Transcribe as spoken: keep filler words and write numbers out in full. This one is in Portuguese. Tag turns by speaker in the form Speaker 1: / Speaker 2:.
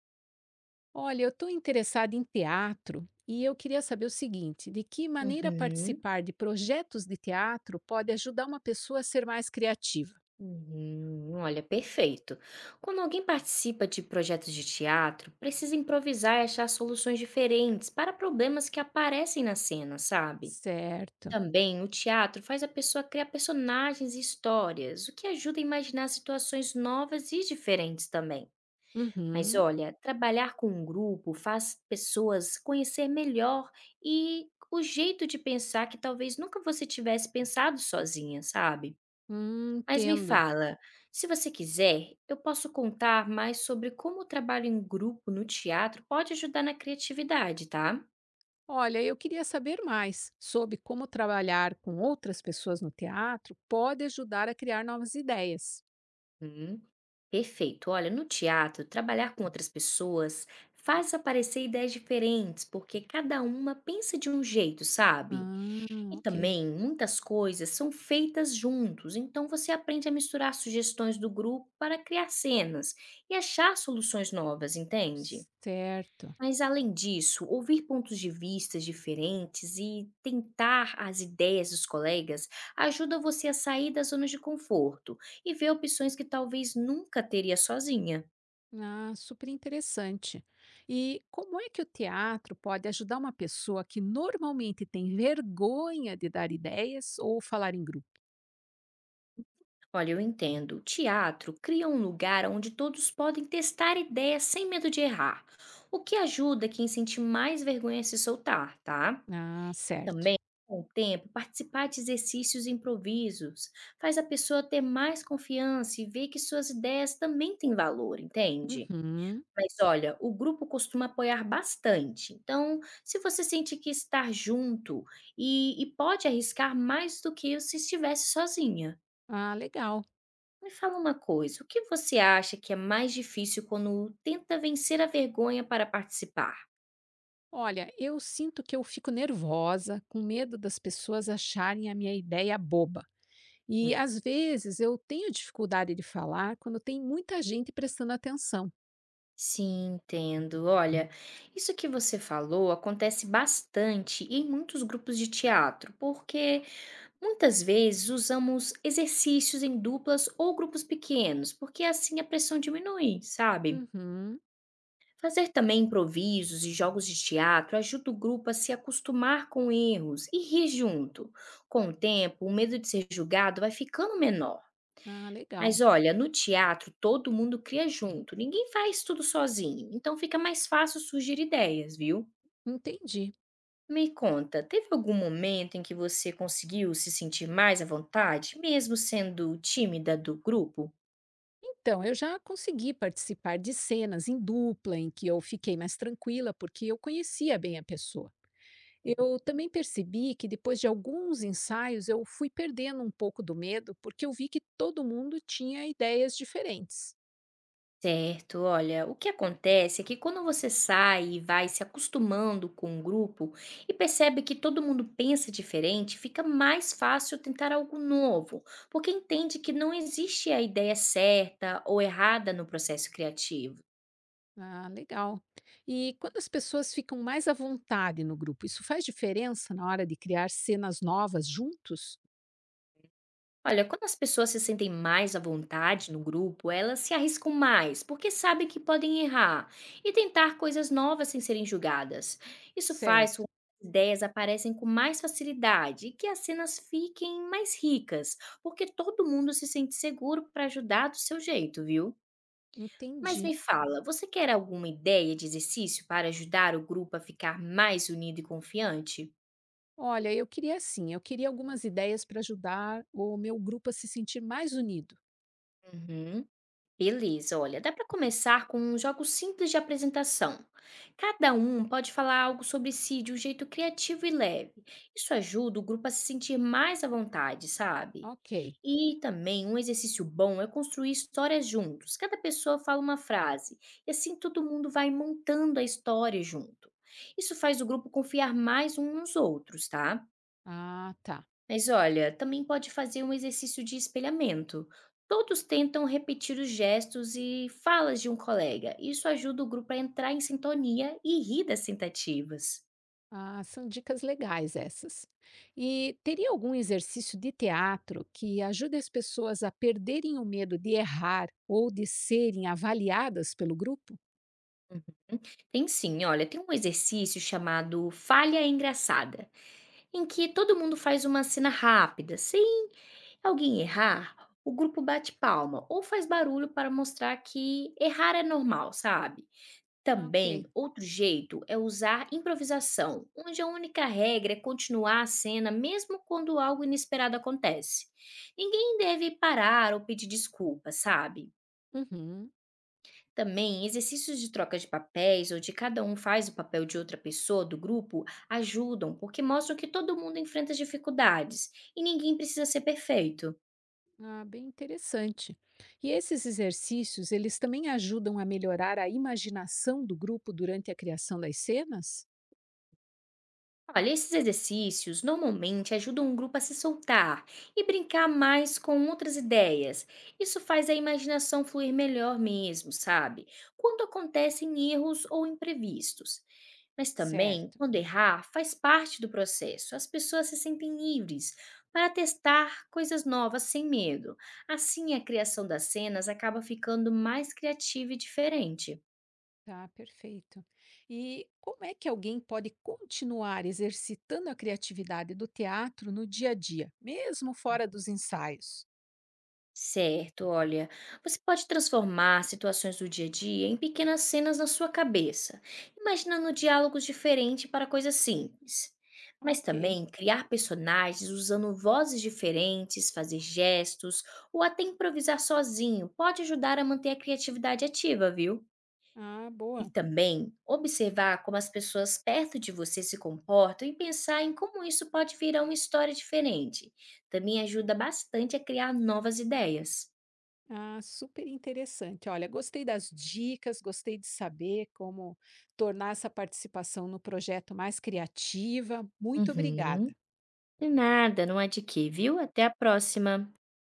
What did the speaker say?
Speaker 1: Olha, eu estou interessada em teatro e eu queria saber o seguinte: de que maneira
Speaker 2: Uhum,
Speaker 1: participar de projetos de teatro pode ajudar uma pessoa a ser mais criativa?
Speaker 2: uhum. Olha, perfeito. Quando alguém participa de projetos de teatro, precisa improvisar e achar soluções diferentes para problemas que aparecem na cena, sabe?
Speaker 1: Certo.
Speaker 2: Também o teatro faz a pessoa criar personagens e histórias, o que ajuda a imaginar situações novas e diferentes também. Mas
Speaker 1: Uhum.
Speaker 2: olha, trabalhar com um grupo faz pessoas conhecer melhor e o jeito de pensar que talvez nunca você tivesse pensado sozinha, sabe?
Speaker 1: Hum,
Speaker 2: Mas me
Speaker 1: entendo.
Speaker 2: fala, se você quiser, eu posso contar mais sobre como o trabalho em grupo no teatro pode ajudar na criatividade, tá?
Speaker 1: Olha, eu queria saber mais sobre como trabalhar com outras pessoas no teatro pode ajudar a criar novas ideias.
Speaker 2: Hum, Perfeito. Olha, no teatro, trabalhar com outras pessoas faz aparecer ideias diferentes, porque cada uma pensa de um jeito, sabe?
Speaker 1: Ah,
Speaker 2: E
Speaker 1: ok.
Speaker 2: também muitas coisas são feitas juntos, então você aprende a misturar sugestões do grupo para criar cenas e achar soluções novas, entende?
Speaker 1: Certo.
Speaker 2: Mas além disso, ouvir pontos de vista diferentes e tentar as ideias dos colegas ajuda você a sair das zonas de conforto e ver opções que talvez nunca teria sozinha.
Speaker 1: Ah, super interessante. E como é que o teatro pode ajudar uma pessoa que normalmente tem vergonha de dar ideias ou falar em grupo?
Speaker 2: Olha, eu entendo. Teatro cria um lugar onde todos podem testar ideias sem medo de errar, o que ajuda quem sente mais vergonha a se soltar, tá?
Speaker 1: Ah, certo.
Speaker 2: Com o tempo, participar de exercícios e improvisos faz a pessoa ter mais confiança e ver que suas ideias também têm valor, entende?
Speaker 1: Uhum.
Speaker 2: Mas olha, o grupo costuma apoiar bastante. Então, se você sente que estar junto e, e pode arriscar mais do que se estivesse sozinha.
Speaker 1: Ah, legal.
Speaker 2: Me fala uma coisa, o que você acha que é mais difícil quando tenta vencer a vergonha para participar?
Speaker 1: Olha, eu sinto que eu fico nervosa, com medo das pessoas acharem a minha ideia boba. E
Speaker 2: Hum,
Speaker 1: às vezes eu tenho dificuldade de falar quando tem muita gente prestando atenção.
Speaker 2: Sim, entendo. Olha, isso que você falou acontece bastante em muitos grupos de teatro, porque muitas vezes usamos exercícios em duplas ou grupos pequenos, porque assim a pressão diminui, sabe?
Speaker 1: Uhum.
Speaker 2: Fazer também improvisos e jogos de teatro ajuda o grupo a se acostumar com erros e rir junto. Com o tempo, o medo de ser julgado vai ficando menor.
Speaker 1: Ah, legal.
Speaker 2: Mas olha, no teatro todo mundo cria junto, ninguém faz tudo sozinho, então fica mais fácil surgir ideias, viu?
Speaker 1: Entendi.
Speaker 2: Me conta, teve algum momento em que você conseguiu se sentir mais à vontade, mesmo sendo tímida do grupo?
Speaker 1: Então, eu já consegui participar de cenas em dupla em que eu fiquei mais tranquila porque eu conhecia bem a pessoa. Eu também percebi que depois de alguns ensaios eu fui perdendo um pouco do medo porque eu vi que todo mundo tinha ideias diferentes.
Speaker 2: Certo, olha, o que acontece é que quando você sai e vai se acostumando com o grupo e percebe que todo mundo pensa diferente, fica mais fácil tentar algo novo, porque entende que não existe a ideia certa ou errada no processo criativo.
Speaker 1: Ah, legal. E quando as pessoas ficam mais à vontade no grupo, isso faz diferença na hora de criar cenas novas juntos?
Speaker 2: Olha, quando as pessoas se sentem mais à vontade no grupo, elas se arriscam mais, porque sabem que podem errar e tentar coisas novas sem serem julgadas. Isso faz com
Speaker 1: Certo,
Speaker 2: que as ideias aparecem com mais facilidade e que as cenas fiquem mais ricas, porque todo mundo se sente seguro para ajudar do seu jeito, viu? Mas me
Speaker 1: entendi.
Speaker 2: Uhum. fala, você quer alguma ideia de exercício para ajudar o grupo a ficar mais unido e confiante?
Speaker 1: Olha, eu queria assim, eu queria algumas ideias para ajudar o meu grupo a se sentir mais unido.
Speaker 2: Uhum. Beleza, olha, dá para começar com um jogo simples de apresentação. Cada um pode falar algo sobre si de um jeito criativo e leve. Isso ajuda o grupo a se sentir mais à vontade, sabe?
Speaker 1: Ok.
Speaker 2: E também um exercício bom é construir histórias juntos. Cada pessoa fala uma frase e assim todo mundo vai montando a história junto. Isso faz o grupo confiar mais uns nos outros, tá?
Speaker 1: Ah, tá.
Speaker 2: Mas olha, também pode fazer um exercício de espelhamento. Todos tentam repetir os gestos e falas de um colega. Isso ajuda o grupo a entrar em sintonia e rir das tentativas.
Speaker 1: Ah, são dicas legais essas. E teria algum exercício de teatro que ajude as pessoas a perderem o medo de errar ou de serem avaliadas pelo grupo?
Speaker 2: Tem sim, olha, tem um exercício chamado Falha Engraçada, em que todo mundo faz uma cena rápida. Se alguém errar, o grupo bate palma ou faz barulho para mostrar que errar é normal, sabe?
Speaker 1: Ah,
Speaker 2: Também,
Speaker 1: ok.
Speaker 2: outro jeito é usar improvisação, onde a única regra é continuar a cena mesmo quando algo inesperado acontece. Ninguém deve parar ou pedir desculpa, sabe?
Speaker 1: Uhum.
Speaker 2: Também, exercícios de troca de papéis, onde cada um faz o papel de outra pessoa do grupo, ajudam porque mostram que todo mundo enfrenta as dificuldades e ninguém precisa ser perfeito.
Speaker 1: Ah, bem interessante. E esses exercícios, eles também ajudam a melhorar a imaginação do grupo durante a criação das cenas?
Speaker 2: Olha, esses exercícios normalmente ajudam o grupo a se soltar e brincar mais com outras ideias. Isso faz a imaginação fluir melhor mesmo, sabe? Quando acontecem erros ou imprevistos. Mas também,
Speaker 1: Certo.
Speaker 2: quando errar, faz parte do processo. As pessoas se sentem livres para testar coisas novas sem medo. Assim, a criação das cenas acaba ficando mais criativa e diferente.
Speaker 1: Tá, perfeito. E como é que alguém pode continuar exercitando a criatividade do teatro no dia a dia, mesmo fora dos ensaios?
Speaker 2: Certo, olha, você pode transformar situações do dia a dia em pequenas cenas na sua cabeça, imaginando diálogos diferentes para coisas simples. Mas
Speaker 1: Ok.
Speaker 2: também criar personagens usando vozes diferentes, fazer gestos ou até improvisar sozinho pode ajudar a manter a criatividade ativa, viu?
Speaker 1: Ah,
Speaker 2: E
Speaker 1: boa.
Speaker 2: também observar como as pessoas perto de você se comportam e pensar em como isso pode virar uma história diferente. Também ajuda bastante a criar novas ideias.
Speaker 1: Ah, super interessante. Olha, gostei das dicas, gostei de saber como tornar essa participação no projeto mais criativa. Muito
Speaker 2: Uhum.
Speaker 1: obrigada.
Speaker 2: De nada, não é de quê, viu? Até a próxima.